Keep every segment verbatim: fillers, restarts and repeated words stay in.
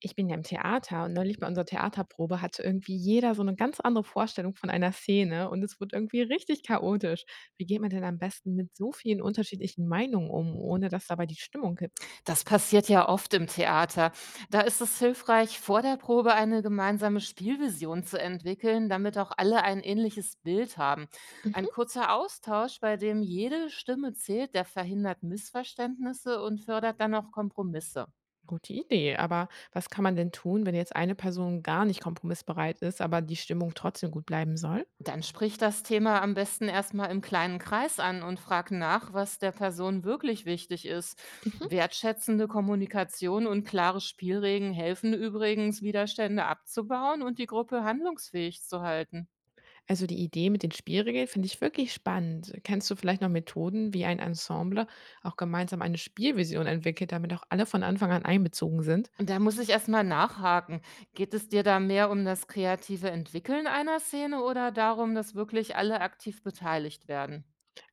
Ich bin ja im Theater und neulich bei unserer Theaterprobe hatte irgendwie jeder so eine ganz andere Vorstellung von einer Szene und es wurde irgendwie richtig chaotisch. Wie geht man denn am besten mit so vielen unterschiedlichen Meinungen um, ohne dass dabei die Stimmung kippt? Das passiert ja oft im Theater. Da ist es hilfreich, vor der Probe eine gemeinsame Spielvision zu entwickeln, damit auch alle ein ähnliches Bild haben. Ein Mhm, kurzer Austausch, bei dem jede Stimme zählt, der verhindert Missverständnisse und fördert dann auch Kompromisse. gute Idee. Aber was kann man denn tun, wenn jetzt eine Person gar nicht kompromissbereit ist, aber die Stimmung trotzdem gut bleiben soll? Dann sprich das Thema am besten erstmal im kleinen Kreis an und frag nach, was der Person wirklich wichtig ist. Mhm. Wertschätzende Kommunikation und klare Spielregeln helfen übrigens, Widerstände abzubauen und die Gruppe handlungsfähig zu halten. Also die Idee mit den Spielregeln finde ich wirklich spannend. Kennst du vielleicht noch Methoden, wie ein Ensemble auch gemeinsam eine Spielvision entwickelt, damit auch alle von Anfang an einbezogen sind? Und da muss ich erstmal nachhaken. Geht es dir da mehr um das kreative Entwickeln einer Szene oder darum, dass wirklich alle aktiv beteiligt werden?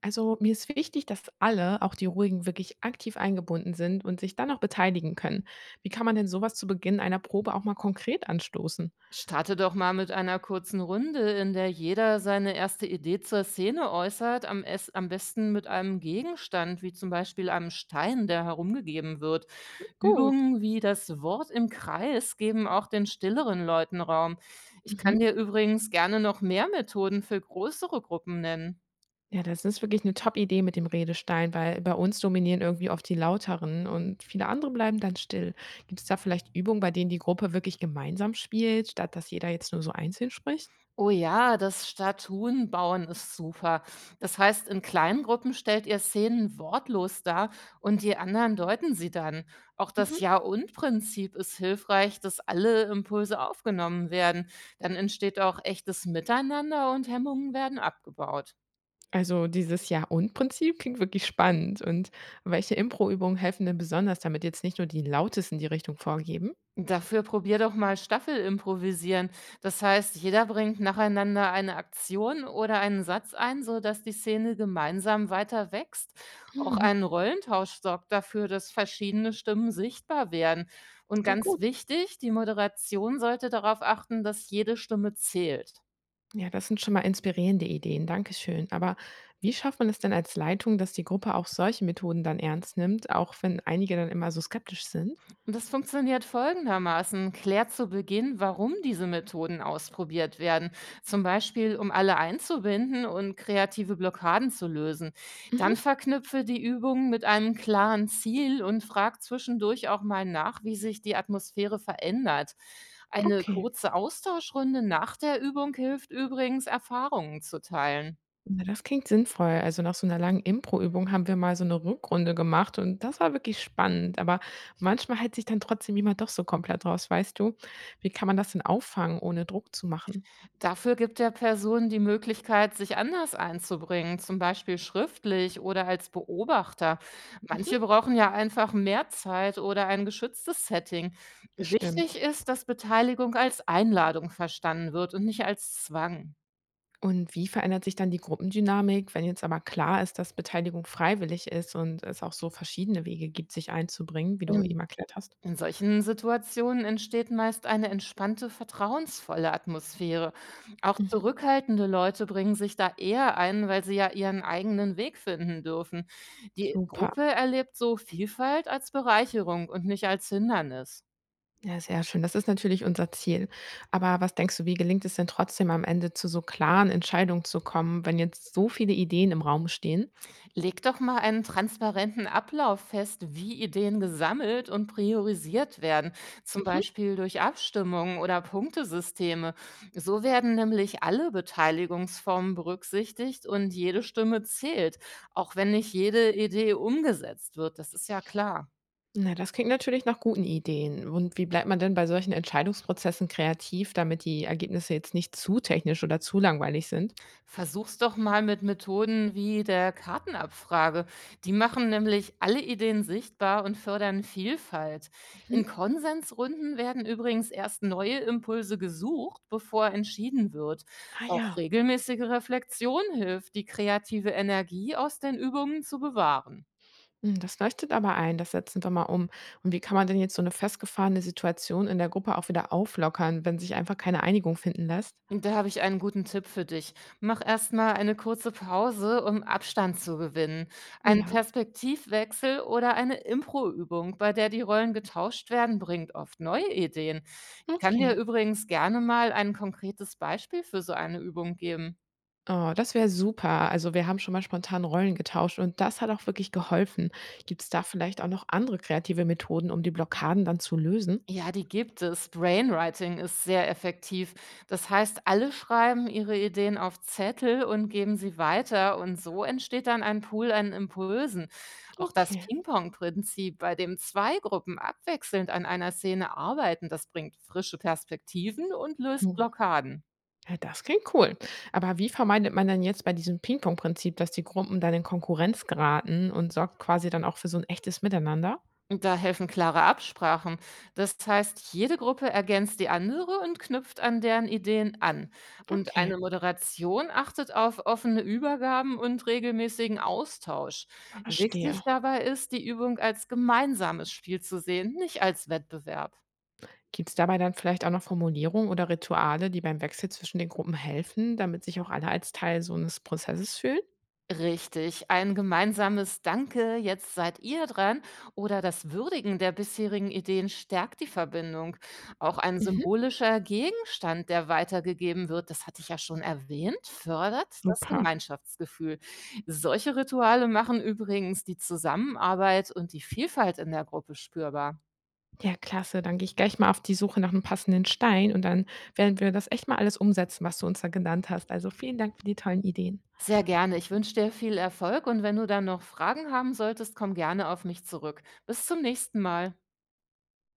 Also mir ist wichtig, dass alle, auch die Ruhigen, wirklich aktiv eingebunden sind und sich dann auch beteiligen können. Wie kann man denn sowas zu Beginn einer Probe auch mal konkret anstoßen? Starte doch mal mit einer kurzen Runde, in der jeder seine erste Idee zur Szene äußert, am, es am besten mit einem Gegenstand, wie zum Beispiel einem Stein, der herumgegeben wird. Gut. Übungen wie das Wort im Kreis geben auch den stilleren Leuten Raum. Ich Mhm. kann dir übrigens gerne noch mehr Methoden für größere Gruppen nennen. Ja, das ist wirklich eine Top-Idee mit dem Redestein, weil bei uns dominieren irgendwie oft die Lauteren und viele andere bleiben dann still. Gibt es da vielleicht Übungen, bei denen die Gruppe wirklich gemeinsam spielt, statt dass jeder jetzt nur so einzeln spricht? Oh ja, das Statuenbauen ist super. Das heißt, in kleinen Gruppen stellt ihr Szenen wortlos dar und die anderen deuten sie dann. Auch das Mhm. Ja-und-Prinzip ist hilfreich, dass alle Impulse aufgenommen werden. Dann entsteht auch echtes Miteinander und Hemmungen werden abgebaut. Also dieses Ja-und-Prinzip klingt wirklich spannend. Und welche Impro-Übungen helfen denn besonders, damit jetzt nicht nur die Lautesten die Richtung vorgeben? Dafür probier doch mal Staffel improvisieren. Das heißt, jeder bringt nacheinander eine Aktion oder einen Satz ein, so dass die Szene gemeinsam weiter wächst. Auch Mhm. ein Rollentausch sorgt dafür, dass verschiedene Stimmen sichtbar werden. Und Klingt ganz gut. wichtig, die Moderation sollte darauf achten, dass jede Stimme zählt. Ja, das sind schon mal inspirierende Ideen. Dankeschön. Aber wie schafft man es denn als Leitung, dass die Gruppe auch solche Methoden dann ernst nimmt, auch wenn einige dann immer so skeptisch sind? Das funktioniert folgendermaßen. Klärt zu Beginn, warum diese Methoden ausprobiert werden. Zum Beispiel, um alle einzubinden und kreative Blockaden zu lösen. Mhm. Dann verknüpfe die Übungen mit einem klaren Ziel und frag zwischendurch auch mal nach, wie sich die Atmosphäre verändert. Eine Okay. kurze Austauschrunde nach der Übung hilft übrigens, Erfahrungen zu teilen. Na, das klingt sinnvoll. Also nach so einer langen Impro-Übung haben wir mal so eine Rückrunde gemacht und das war wirklich spannend. Aber manchmal hält sich dann trotzdem jemand doch so komplett raus, weißt du? Wie kann man das denn auffangen, ohne Druck zu machen? Dafür gibt der Person die Möglichkeit, sich anders einzubringen, zum Beispiel schriftlich oder als Beobachter. Mhm. Manche brauchen ja einfach mehr Zeit oder ein geschütztes Setting. Stimmt. Wichtig ist, dass Beteiligung als Einladung verstanden wird und nicht als Zwang. Und wie verändert sich dann die Gruppendynamik, wenn jetzt aber klar ist, dass Beteiligung freiwillig ist und es auch so verschiedene Wege gibt, sich einzubringen, wie du eben erklärt hast? In solchen Situationen entsteht meist eine entspannte, vertrauensvolle Atmosphäre. Auch Mhm, zurückhaltende Leute bringen sich da eher ein, weil sie ja ihren eigenen Weg finden dürfen. Die super. Gruppe erlebt so Vielfalt als Bereicherung und nicht als Hindernis. Ja, sehr schön. Das ist natürlich unser Ziel. Aber was denkst du, wie gelingt es denn trotzdem am Ende zu so klaren Entscheidungen zu kommen, wenn jetzt so viele Ideen im Raum stehen? Leg doch mal einen transparenten Ablauf fest, wie Ideen gesammelt und priorisiert werden, zum Mhm. Beispiel durch Abstimmungen oder Punktesysteme. So werden nämlich alle Beteiligungsformen berücksichtigt und jede Stimme zählt, auch wenn nicht jede Idee umgesetzt wird. Das ist ja klar. Na, das klingt natürlich nach guten Ideen. Und wie bleibt man denn bei solchen Entscheidungsprozessen kreativ, damit die Ergebnisse jetzt nicht zu technisch oder zu langweilig sind? Versuch's doch mal mit Methoden wie der Kartenabfrage. Die machen nämlich alle Ideen sichtbar und fördern Vielfalt. Mhm. In Konsensrunden werden übrigens erst neue Impulse gesucht, bevor entschieden wird. Ah Auch ja. regelmäßige Reflexion hilft, die kreative Energie aus den Übungen zu bewahren. Hm, das leuchtet aber ein. Das setzen wir mal um. Und wie kann man denn jetzt so eine festgefahrene Situation in der Gruppe auch wieder auflockern, wenn sich einfach keine Einigung finden lässt? Da habe ich einen guten Tipp für dich. Mach erstmal eine kurze Pause, um Abstand zu gewinnen. Ein Ja, Perspektivwechsel oder eine Impro-Übung, bei der die Rollen getauscht werden, bringt oft neue Ideen. Ich kann dir okay. übrigens gerne mal ein konkretes Beispiel für so eine Übung geben. Oh, das wäre super. Also, wir haben schon mal spontan Rollen getauscht und das hat auch wirklich geholfen. Gibt es da vielleicht auch noch andere kreative Methoden, um die Blockaden dann zu lösen? Ja, die gibt es. Brainwriting ist sehr effektiv. Das heißt, alle schreiben ihre Ideen auf Zettel und geben sie weiter und so entsteht dann ein Pool an Impulsen. Auch das Okay. Ping-Pong-Prinzip, bei dem zwei Gruppen abwechselnd an einer Szene arbeiten, das bringt frische Perspektiven und löst Hm, Blockaden. ja, das klingt cool. Aber wie vermeidet man denn jetzt bei diesem Ping-Pong-Prinzip, dass die Gruppen dann in Konkurrenz geraten und sorgt quasi dann auch für so ein echtes Miteinander? Da helfen klare Absprachen. Das heißt, jede Gruppe ergänzt die andere und knüpft an deren Ideen an. Und Okay, eine Moderation achtet auf offene Übergaben und regelmäßigen Austausch. verstehe. Wichtig dabei ist, die Übung als gemeinsames Spiel zu sehen, nicht als Wettbewerb. Gibt es dabei dann vielleicht auch noch Formulierungen oder Rituale, die beim Wechsel zwischen den Gruppen helfen, damit sich auch alle als Teil so eines Prozesses fühlen? Richtig, ein gemeinsames „Danke, jetzt seid ihr dran" oder das Würdigen der bisherigen Ideen stärkt die Verbindung. Auch ein Mhm. symbolischer Gegenstand, der weitergegeben wird, das hatte ich ja schon erwähnt, fördert das Super. Gemeinschaftsgefühl. Solche Rituale machen übrigens die Zusammenarbeit und die Vielfalt in der Gruppe spürbar. Ja, klasse. Dann gehe ich gleich mal auf die Suche nach einem passenden Stein und dann werden wir das echt mal alles umsetzen, was du uns da genannt hast. Also, vielen Dank für die tollen Ideen. Sehr gerne. Ich wünsche dir viel Erfolg und wenn du dann noch Fragen haben solltest, komm gerne auf mich zurück. Bis zum nächsten Mal.